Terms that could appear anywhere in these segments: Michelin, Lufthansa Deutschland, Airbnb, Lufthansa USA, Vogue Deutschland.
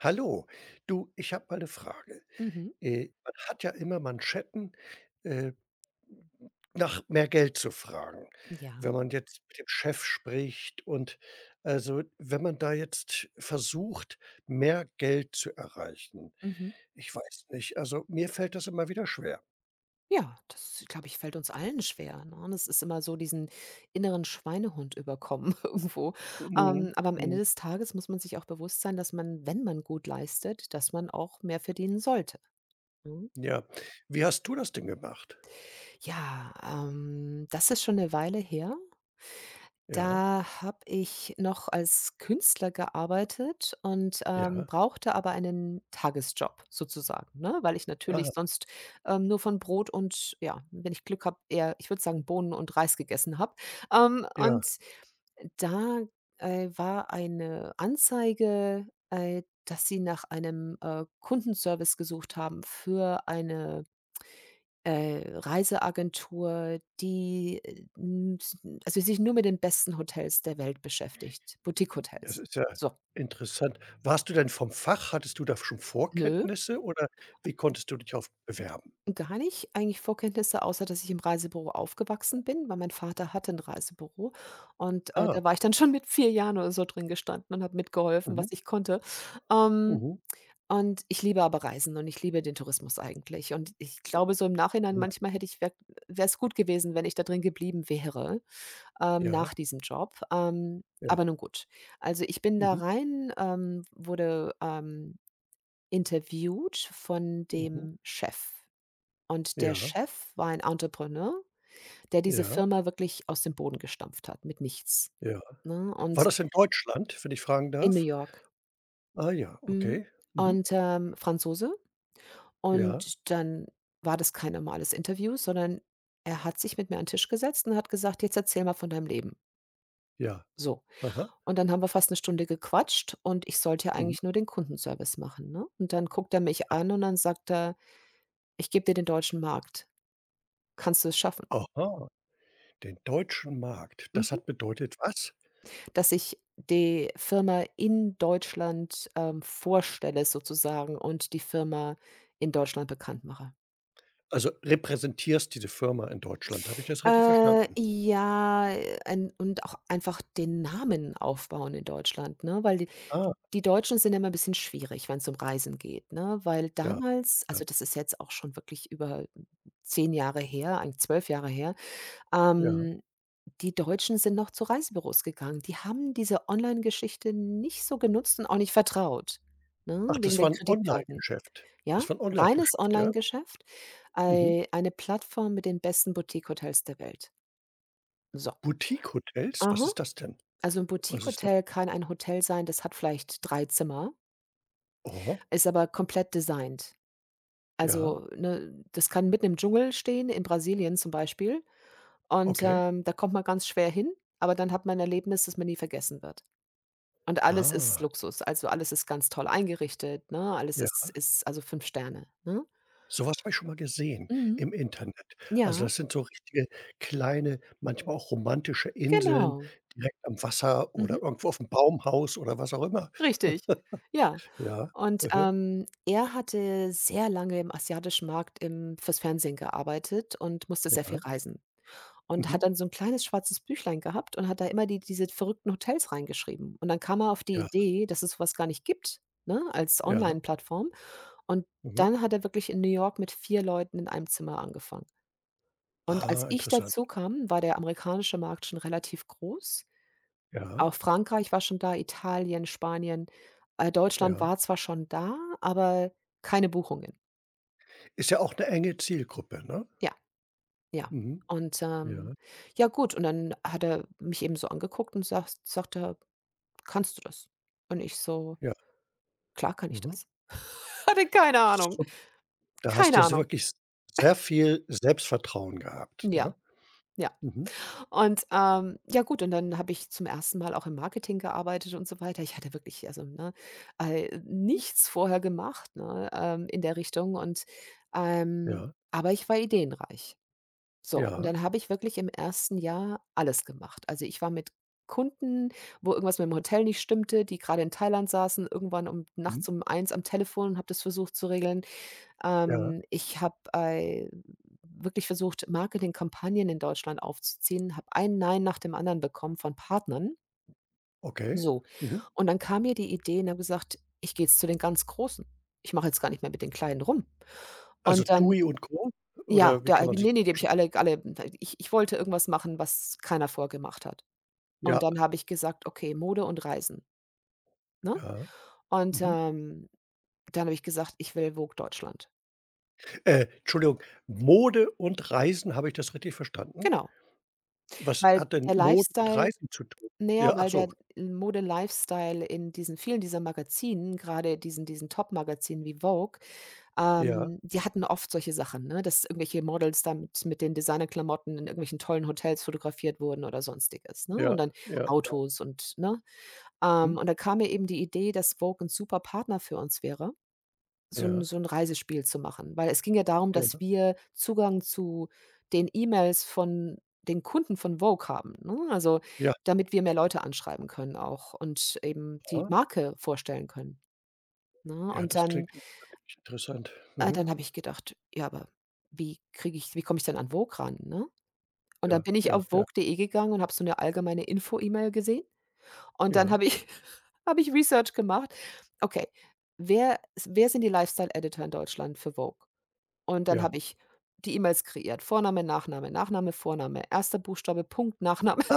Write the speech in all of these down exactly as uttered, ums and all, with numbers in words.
Hallo, du, ich habe mal eine Frage. Mhm. Äh, man hat ja immer Manschetten, äh, nach mehr Geld zu fragen, wenn Ja. man jetzt mit dem Chef spricht und also, wenn man da jetzt versucht, mehr Geld zu erreichen. Mhm. Ich weiß nicht, also, mir fällt das immer wieder schwer. Ja, das, glaube ich, fällt uns allen schwer, ne? Und es ist immer so diesen inneren Schweinehund überkommen irgendwo. Mhm, Ähm, aber am Ende mhm, des Tages muss man sich auch bewusst sein, dass man, wenn man gut leistet, dass man auch mehr verdienen sollte, ne? ja. Wie hast du das denn gemacht? Ja, ähm, das ist schon eine Weile her. Ja, Da habe ich noch als Künstler gearbeitet und, ähm, ja, brauchte aber einen Tagesjob sozusagen, ne, weil ich ah, natürlich sonst, ähm, nur von Brot und ja, wenn ich Glück habe, eher ich würde sagen, Bohnen und Reis gegessen habe. Ähm, ja. und da, äh, war eine Anzeige, äh, dass sie nach einem, äh, Kundenservice gesucht haben für eine äh, Reiseagentur, die, äh, n s n- also, sich nur mit den besten Hotels der Welt beschäftigt, Das Boutique-Hotels. ist ja So, interessant. Warst du denn vom Fach? Hattest du da schon nö, Vorkenntnisse oder wie konntest du dich auf bewerben? gar nicht eigentlich Vorkenntnisse, außer dass ich im Reisebüro aufgewachsen bin, weil mein Vater hatte ein Reisebüro und, äh, Ah, da war ich dann schon mit vier Jahren oder so drin gestanden und habe mitgeholfen, was mhm, ich konnte. Ähm, mhm. und ich liebe aber Reisen und ich liebe den Tourismus eigentlich und ich glaube so im Nachhinein Ja, manchmal hätte ich wäre es gut gewesen, wenn ich da drin geblieben wäre. Ähm, ja, nach diesem Job. Ähm, ja. Aber nun gut. Also, ich bin da Mhm, rein, ähm, wurde, ähm, interviewt von mhm. dem Chef. Und der Ja, Chef war ein Entrepreneur, der diese ja, Firma wirklich aus dem Boden gestampft hat, mit nichts, ja. ne? War Und das in Deutschland, wenn ich fragen in New darf? York. Ah ja, Mhm. okay. Mhm. Und, ähm, Franzose. Ja, Und dann war das kein normales Interview, sondern er hat sich mit mir an den Tisch gesetzt und hat gesagt: „Jetzt erzähl mal von deinem Leben.“ ja. So. Aha. Und dann haben wir fast eine Stunde gequatscht und ich sollte ja Mhm. eigentlich nur den Kundenservice machen, ne? Und dann guckt er mich an und dann sagt er: „Ich gebe dir den deutschen Markt. Kannst du es schaffen?“ Aha, den deutschen Markt. Das Mhm. hat bedeutet was? Dass ich die Firma in Deutschland, ähm, vorstelle sozusagen und die Firma in Deutschland bekannt mache. Also, repräsentierst diese Firma in Deutschland. Habe ich das richtig Äh, verstanden? Ja, äh, ein und auch einfach den Namen aufbauen in Deutschland, ne? Weil die Ah, die die Deutschen sind ja immer 'n bisschen schwierig, wenn es um Reisen geht, ne? Weil ja, damals ja, also, das ist jetzt auch schon wirklich über zehn Jahre her, eigentlich zwölf Jahre her, ja. ähm, die Deutschen sind noch zu Reisebüros gegangen. Die haben diese Online-Geschichte nicht so genutzt und auch nicht vertraut, ne, Ach, wegen das den war 'n Kreditkarten, geschäft ja? Das war 'n Reines Ei- geschäft, ja? Onlinegeschäft, Mhm. ei eine Plattform mit den besten Boutique-Hotels der Welt. So. Boutique-Hotels? Was Aha. ist das denn? Also ein Was ist denn? Boutique-Hotel kann ein Hotel sein, das hat vielleicht drei Zimmer, Aha, ist aber komplett designt. ja, Also, ne, das kann mitten im Dschungel stehen, in Brasilien zum Beispiel. Und, okay. ähm, da kommt man ganz schwer hin, aber dann hat man ein Erlebnis, das man nie vergessen wird. Und alles ist Ah, Luxus, also alles ist ganz toll eingerichtet, ne? Alles ja. ist ist also fünf Sterne, ne? So was habe ich schon mal gesehen Mhm. im Internet. Also, Ja, das sind so richtige kleine, manchmal auch romantische Inseln genau. direkt am Wasser Mhm. oder irgendwo auf'm Baumhaus oder was auch immer. Richtig. Ja. Ja, Und, mhm, ähm, er hatte sehr lange im asiatischen Markt im fürs Fernsehen gearbeitet und musste sehr viel ja, reisen und mhm, hat Mhm. dann so ein kleines schwarzes Büchlein gehabt und hat da immer die diese verrückten Hotels reingeschrieben. Und dann kam er auf die ja, Idee, dass es sowas gar nicht gibt, ne, als ja, Online-Plattform. Und mhm. dann hat er wirklich in New York mit vier Leuten in einem Zimmer angefangen. Und als Ah, ich interessant. dazu kam, war der amerikanische Markt schon relativ groß, Ja, auch Frankreich war schon da, Italien, Spanien. Äh, Deutschland ja. war zwar schon da, aber keine Buchungen. Ist ja auch 'ne enge Zielgruppe, ne? Ja, ja. Mhm, Und, ähm, ja, ja gut, und dann hat er mich eben so angeguckt und sagt sagt er: „Kannst du das?“ Und ich so: ja, „Klar kann ich mhm. das.“ Hatte keine Ahnung, Sup Da hast du keine ja so Ahnung. wirklich sehr viel Selbstvertrauen gehabt, ne? Ja, ja. Mhm. Und, ähm, ja gut, und dann habe ich zum ersten Mal auch im Marketing gearbeitet und so weiter. Ich hatte wirklich, also, ne, äh, nichts vorher gemacht, ne, ähm, in der Richtung und, ähm Ja, aber ich war ideenreich. So, und ja, dann habe ich wirklich im ersten Jahr alles gemacht. Also, ich war mit Kunden, wo irgendwas mit dem Hotel nicht stimmte, die gerade in Thailand saßen, irgendwann um mhm, nachts um Eins am Telefon und habe das versucht zu regeln. ja, Ähm, ich habe, äh, wirklich versucht, Marketingkampagnen in Deutschland aufzuziehen, habe ein Nein nach dem anderen bekommen von Partnern. okay. So. Mhm. Und dann kam mir die Idee und habe gesagt: „Ich gehe jetzt zu den ganz Großen. Ich mache jetzt gar nicht mehr mit den Kleinen rum.“ Also Und dann TUI und Co. ja, oder wie da kann habe man ich sich ne, ne, die habe ich alle alle ich ich wollte irgendwas machen, was keiner vorgemacht hat. Und ja, dann habe ich gesagt: „Okay, Mode und Reisen“, ne? ja, Und, mhm. ähm, dann habe ich gesagt: „Ich will Vogue Deutschland.“ Äh, Entschuldigung, Mode und Reisen, habe ich das richtig verstanden? Genau, Was weil hat denn der Mode mit Lifestyle. Reisen zu tun? Na ja, Ja, ach weil der so. äh, Mode-Lifestyle in diesen vielen dieser Magazinen, gerade diesen diesen Top-Magazinen wie Vogue, Ja, ähm, die hatten oft solche Sachen, ne, dass irgendwelche Models damit mit den Designerklamotten in irgendwelchen tollen Hotels fotografiert wurden oder Sonstiges, ne? Und ja, dann ja, Autos und ne? mhm, Ähm, und da kam mir eben die Idee, dass Vogue ein super Partner für uns wäre so 'n ja, so 'n Reisespiel zu machen, weil es ging ja darum, dass ja, wir Zugang zu den E-Mails von den Kunden von Vogue haben, ne? Also, ja. damit wir mehr Leute anschreiben können auch und eben die Marke vorstellen können, ne? Ja, Und das klingt dann ja wirklich interessant. äh, Mhm. dann habe ich gedacht: „Ja, aber wie kriege ich wie komme ich denn an Vogue ran“, ne? Und dann Ja, bin ich ja, auf ja, vogue.de gegangen und habe so 'ne allgemeine Info-E-Mail gesehen und dann ja, habe ich habe ich Research gemacht. Okay, wer s wer sind die Lifestyle Editor in Deutschland für Vogue? Und dann ja. habe ich die E-Mails kreiert. Vorname, Nachname, Nachname, Vorname, erster Buchstabe, Punkt, Nachname.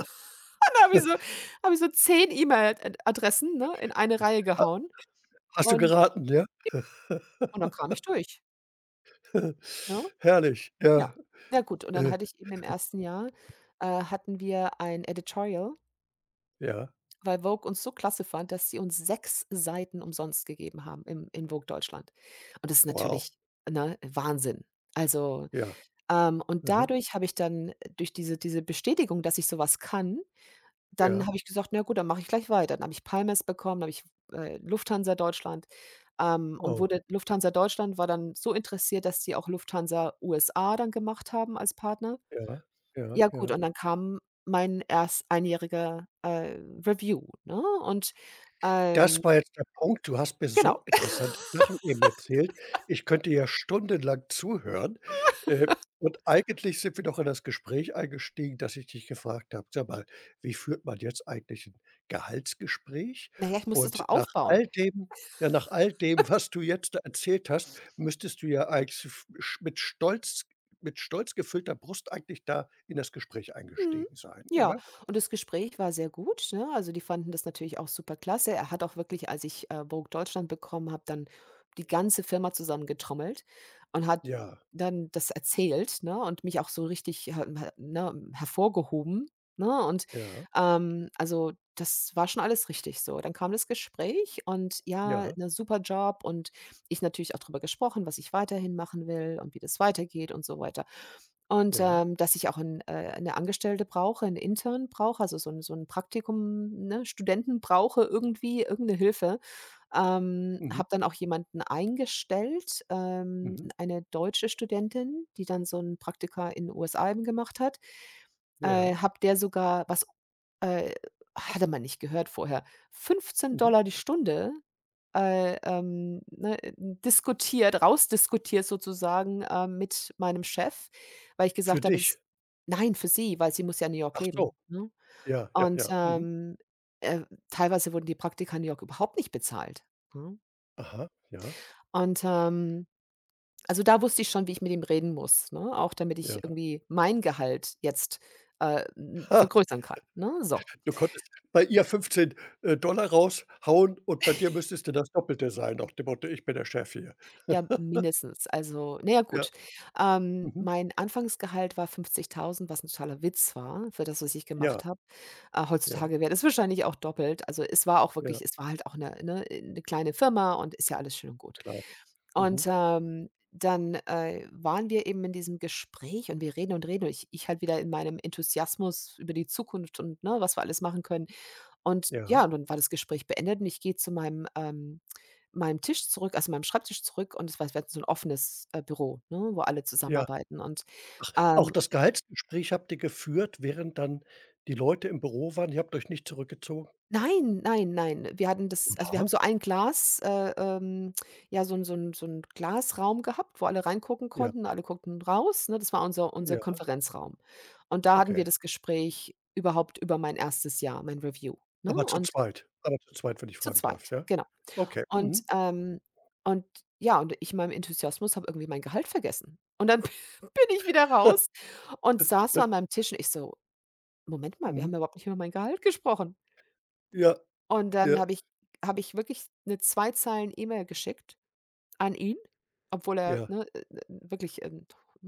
Und da habe ich so habe ich so zehn E-Mail Adressen, ne, in eine Reihe gehauen Hast du und geraten, ja? und dann kam ich durch, ne? Herrlich, Ja. ja, Ja gut, und dann äh, hatte ich eben im ersten Jahr, äh, hatten wir ein Editorial, ja, weil Vogue uns so klasse fand, dass sie uns sechs Seiten umsonst gegeben haben im in Vogue Deutschland. Und das ist wow, natürlich, ne, Wahnsinn. Also. ja, Ähm, und mhm, dadurch habe ich dann äh, durch diese diese Bestätigung, dass ich so was kann, dann ja, habe ich gesagt: „Na gut, dann mache ich gleich weiter.“ Dann habe ich Palmas bekommen, dann habe ich, äh, Lufthansa Deutschland, ähm, und oh, wurde Lufthansa Deutschland war dann so interessiert, dass die auch Lufthansa U S A dann gemacht haben als Partner. ja, ja, Ja gut, ja. und dann kam mein erst einjähriger, äh, Review, ne? Und, ähm, Das war jetzt der Punkt. Du hast mir genau. so interessante Sachen eben erzählt. Ich könnte ja stundenlang zuhören. Äh, und eigentlich sind wir doch in das Gespräch eingestiegen, dass ich dich gefragt habe: „Sag mal, wie führt man jetzt eigentlich ein Gehaltsgespräch?“ Na ja, ich musste es Und doch nach aufbauen. all dem ja, nach all dem, was du jetzt da erzählt hast, müsstest du ja eigentlich f sch mit Stolz mit stolz gefüllter Brust eigentlich da in das Gespräch Mhm. eingestiegen sein, Ja, oder? und das Gespräch war sehr gut, ne? Also, die fanden das natürlich auch super klasse. Er hat auch wirklich, als ich, äh, Vogue Deutschland bekommen habe, dann die ganze Firma zusammengetrommelt und hat Ja, dann das erzählt, ne, und mich auch so richtig, her her ne, hervorgehoben, ne? Und, ja, ähm, also, das war schon alles richtig so. Dann kam das Gespräch und ja, ja, ne, super Job und ich natürlich auch drüber gesprochen, was ich weiterhin machen will und wie das weitergeht und so weiter. Und, ja. ähm, dass ich auch 'n äh, 'ne Angestellte brauche, 'n Intern brauche, also so ein so 'n Praktikum, ne, Studenten brauche irgendwie, irgend 'ne Hilfe. Ähm, Mhm, Habe dann auch jemanden eingestellt, ähm, mhm, eine deutsche Studentin, die dann so ein Praktika in U S A eben gemacht hat. ja, Äh, habe der sogar was äh, hatte man nicht gehört vorher, fünfzehn mhm. die Stunde äh, ähm, ne, äh, diskutiert, rausdiskutiert sozusagen, ähm, mit meinem Chef, weil ich Für gesagt habe, es dich? ist nein, für sie, weil sie muss ja in New York Ach so, leben, ne? ja, ja, Und, ja, mhm. ähm, äh, teilweise wurden die Praktika in New York überhaupt nicht bezahlt, ne? Aha, ja, Und, ähm, also, da wusste ich schon, wie ich mit ihm reden muss, ne, auch damit ja. ich irgendwie mein Gehalt jetzt, äh, n Ha, vergrößern kann, ne, so. du konntest bei ihr fünfzehn, äh, Dollar raushauen und bei dir müsstest du das Doppelte sein, nach dem Motto: „Ich bin der Chef hier.“ Ja, mindestens. Also, na ja, Ja, gut. Ähm, mhm, Mein Anfangsgehalt war fünfzigtausend, was ein totaler Witz war für das, was ich ja, gemacht habe. Äh, ja, Heutzutage wäre das wahrscheinlich auch doppelt. Also, es war auch ja, wirklich es war halt auch eine ne, äh, 'ne kleine Firma und ist ja alles schön und gut. klar. Und, Mhm, ähm, dann, äh, waren wir eben in diesem Gespräch und wir reden und reden und ich ich halt wieder in meinem Enthusiasmus über die Zukunft und, ne, was wir alles machen können. Und ja, ja, und dann war das Gespräch beendet und ich gehe zu meinem, ähm meinem Tisch zurück, also meinem Schreibtisch zurück und es war wir hatten so ein offenes, äh, Büro, ne, wo alle ja. zusammenarbeiten und, Auch ähm das Gehaltsgespräch habt ihr geführt, während dann die Leute im Büro waren? Ihr habt euch nicht zurückgezogen? nein, nein, nein, wir hatten das also, wir Aha, haben so ein Glas äh, ähm, ja, so ein so ein so 'n Glasraum gehabt, wo alle reingucken ja, konnten. Alle guckten raus, ne? Das war unser unser ja, Konferenzraum. Und da hatten wir okay. das Gespräch überhaupt über mein erstes Jahr, mein Review, ne? Aber zu Und zweit Aber zu zweit, wenn ich zu fragen darf, zweit, ja? genau. Okay, Und, mhm. ähm und ja, und ich in meinem Enthusiasmus habe irgendwie mein Gehalt vergessen. Und dann bin ich wieder raus und saß so an meinem Tisch und ich so: „Moment mal, wir haben Mhm. ja überhaupt nicht über mein Gehalt gesprochen.“ Ja, Und dann ja, habe ich habe ich wirklich eine zwei Zeilen E-Mail geschickt an ihn, obwohl er, ja, ne, äh, äh, wirklich, ähm,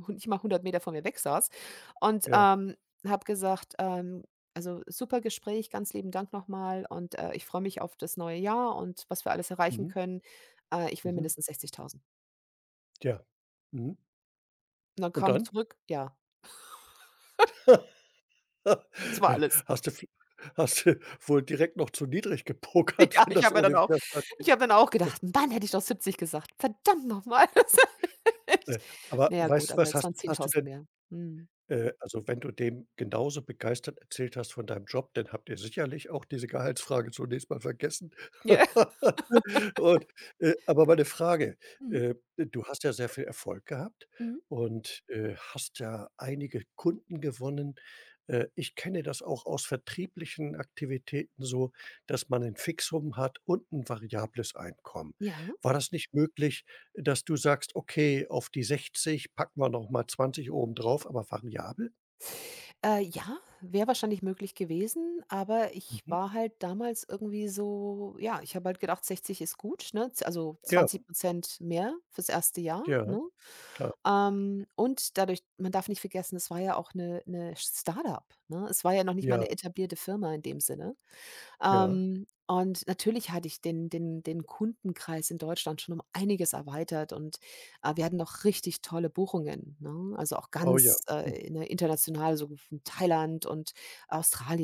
hu nicht mal hundert Meter von mir weg saß und, ja. ähm, habe gesagt, ähm: „Also, super Gespräch, ganz lieben Dank nochmal und, äh, ich freue mich auf das neue Jahr und was wir alles erreichen Mhm, können. Äh, ich will mhm, mindestens sechzigtausend.“ ja, mhm. Und dann Und kam dann? zurück: „Ja, das war alles.“ Hast du v hast du wohl direkt noch zu niedrig Ja, gepokert, wenn ich das habe mir dann ohne auch Widerstand ich ging. habe dann auch gedacht: „Mann, hätte ich doch siebzig gesagt. Verdammt nochmal.“ Ne, aber Naja gut, weißt du aber was, es hast waren hast du zehntausend denn mehr. Mhm. Äh, also, wenn du dem genauso begeistert erzählt hast von deinem Job, dann habt ihr sicherlich auch diese Gehaltsfrage zunächst mal vergessen. Ja. Und, äh, aber meine Frage, Mhm, äh, du hast ja sehr viel Erfolg gehabt mhm. und, äh, hast ja einige Kunden gewonnen. Äh, ich kenne das auch aus vertrieblichen Aktivitäten so, dass man ein Fixum hat und ein variables Einkommen. Ja. War das nicht möglich, dass du sagst: „Okay, auf die sechzig packen wir noch mal zwanzig oben drauf, aber variabel?“ Äh, ja, wäre wahrscheinlich möglich gewesen, aber ich Mhm. war halt damals irgendwie so, ja, ich habe halt gedacht, sechzig ist gut, ne? Z also Ja, zwanzig mehr fürs erste Jahr, ja, ne? klar. Ähm, und dadurch, man darf nicht vergessen, es war ja auch eine 'ne Start-up, ne? Es war ja noch nicht mal Ja, eine etablierte Firma in dem Sinne. ja. Ähm, und natürlich hatte ich den den den Kundenkreis in Deutschland schon um einiges erweitert und, äh, wir hatten noch richtig tolle Buchungen, ne? Also, auch Oh ja. ganz, Mhm, äh, ne, international, so von Thailand und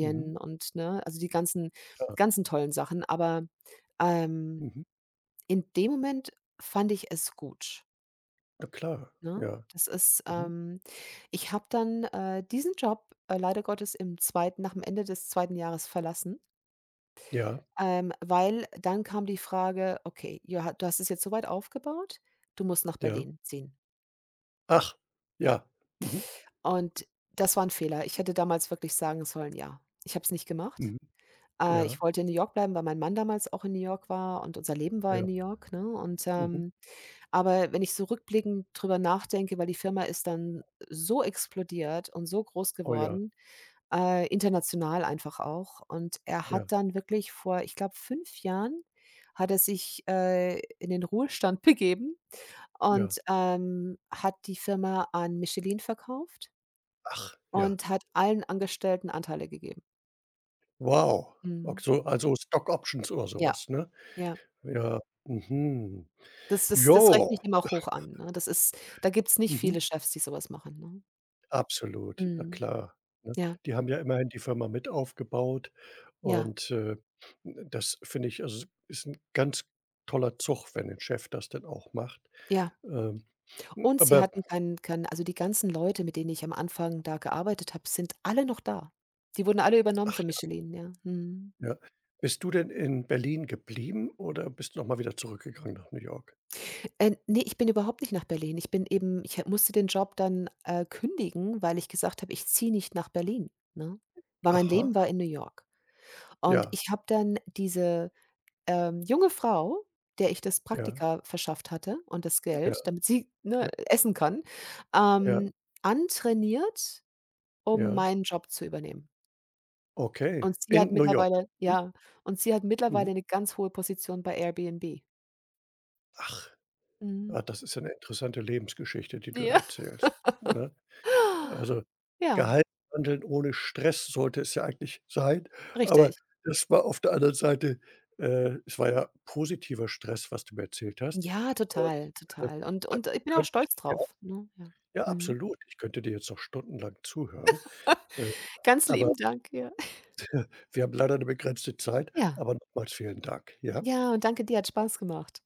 mhm, und, ne, also die ganzen klar. ganzen tollen Sachen. Aber, ähm, Mhm. in dem Moment fand ich es gut, Na klar, ne? ja. Das ist, Mhm. ähm Ich habe dann, äh, diesen Job, äh, leider Gottes im zweiten, nach dem Ende des zweiten Jahres, verlassen. Ja, Ähm, weil dann kam die Frage: „Okay, ja, du hast es jetzt so weit aufgebaut, du musst nach ja. Berlin ziehen.“ Ach, Ja, ja. Mhm, und das war ein Fehler. Ich hätte damals wirklich sagen sollen: „Ja.“ Ich habe es nicht gemacht. mhm. Äh, Ja, Ich wollte in New York bleiben, weil mein Mann damals auch in New York war und unser Leben war in ja. New York, ne? Und, Mhm. Ähm aber wenn ich so rückblickend drüber nachdenke, weil die Firma ist dann so explodiert und so groß Oh ja, geworden. Äh, international einfach auch. Und er ja, hat dann wirklich vor, ich glaube, fünf Jahren hat er sich, äh, in den Ruhestand begeben ja. und, ähm, hat die Firma an Michelin verkauft Ach, ja. und hat allen Angestellten Anteile gegeben. Wow. Ok Mhm. so also Stock Options oder Ja, sowas, ne? ja. Ja. Mhm. Das das das Ja. rechne ich ihm auch hoch an, ne? Das ist Da gibt's nicht Mhm. viele Chefs, die sowas machen, ne? Absolut, na Mhm. klar, ne? Ja, Die haben ja immerhin die Firma mit aufgebaut ja, und, äh, das finde ich also, ist 'n ganz toller Zug, wenn 'n Chef das denn auch macht. ja. Ähm, Und sie aber hatten keinen keinen also, die ganzen Leute, mit denen ich am Anfang da gearbeitet habe, sind alle noch da. Die wurden alle übernommen ach von Michelin, ja. Mhm. ja, ja. Bist du denn in Berlin geblieben oder bist du noch mal wieder zurückgegangen nach New York? Äh, ne, ich bin überhaupt nicht nach Berlin. Ich bin eben ich ha musste den Job dann, äh, kündigen, weil ich gesagt habe, ich ziehe nicht nach Berlin, ne? Weil mein Leben Aha, war in New York. Und ja, ich habe dann diese, ähm, junge Frau, der ich das ja, Praktika verschafft hatte und das ja, Geld, damit sie, ne, ja, essen kann, ja, ähm, antrainiert, um ja. meinen Job zu übernehmen. Okay, Und sie hat in New York. mittlerweile Mhm, ja, und sie hat mhm. mittlerweile 'ne ganz hohe Position bei Airbnb. Ach, Mhm. ah, das ist ja 'ne interessante Lebensgeschichte, die du da Ja. erzählst, ne? Also, Ja, gehalten handeln ohne Stress sollte es ja eigentlich sein, aber richtig. das war auf der anderen Seite äh, es war ja positiver Stress, was du mir erzählt hast Ja, und, total, äh, total. Und da und ich bin auch könnte ich stolz ja, drauf, ne? Ja. ja, Mhm. absolut. Ich könnte dir jetzt noch stundenlang zuhören, äh, Ganz aber lieben Dank, ja. wir haben leider eine begrenzte Zeit, Ja. aber nochmals vielen Dank, ja? Ja, und danke dir, hat Spaß gemacht.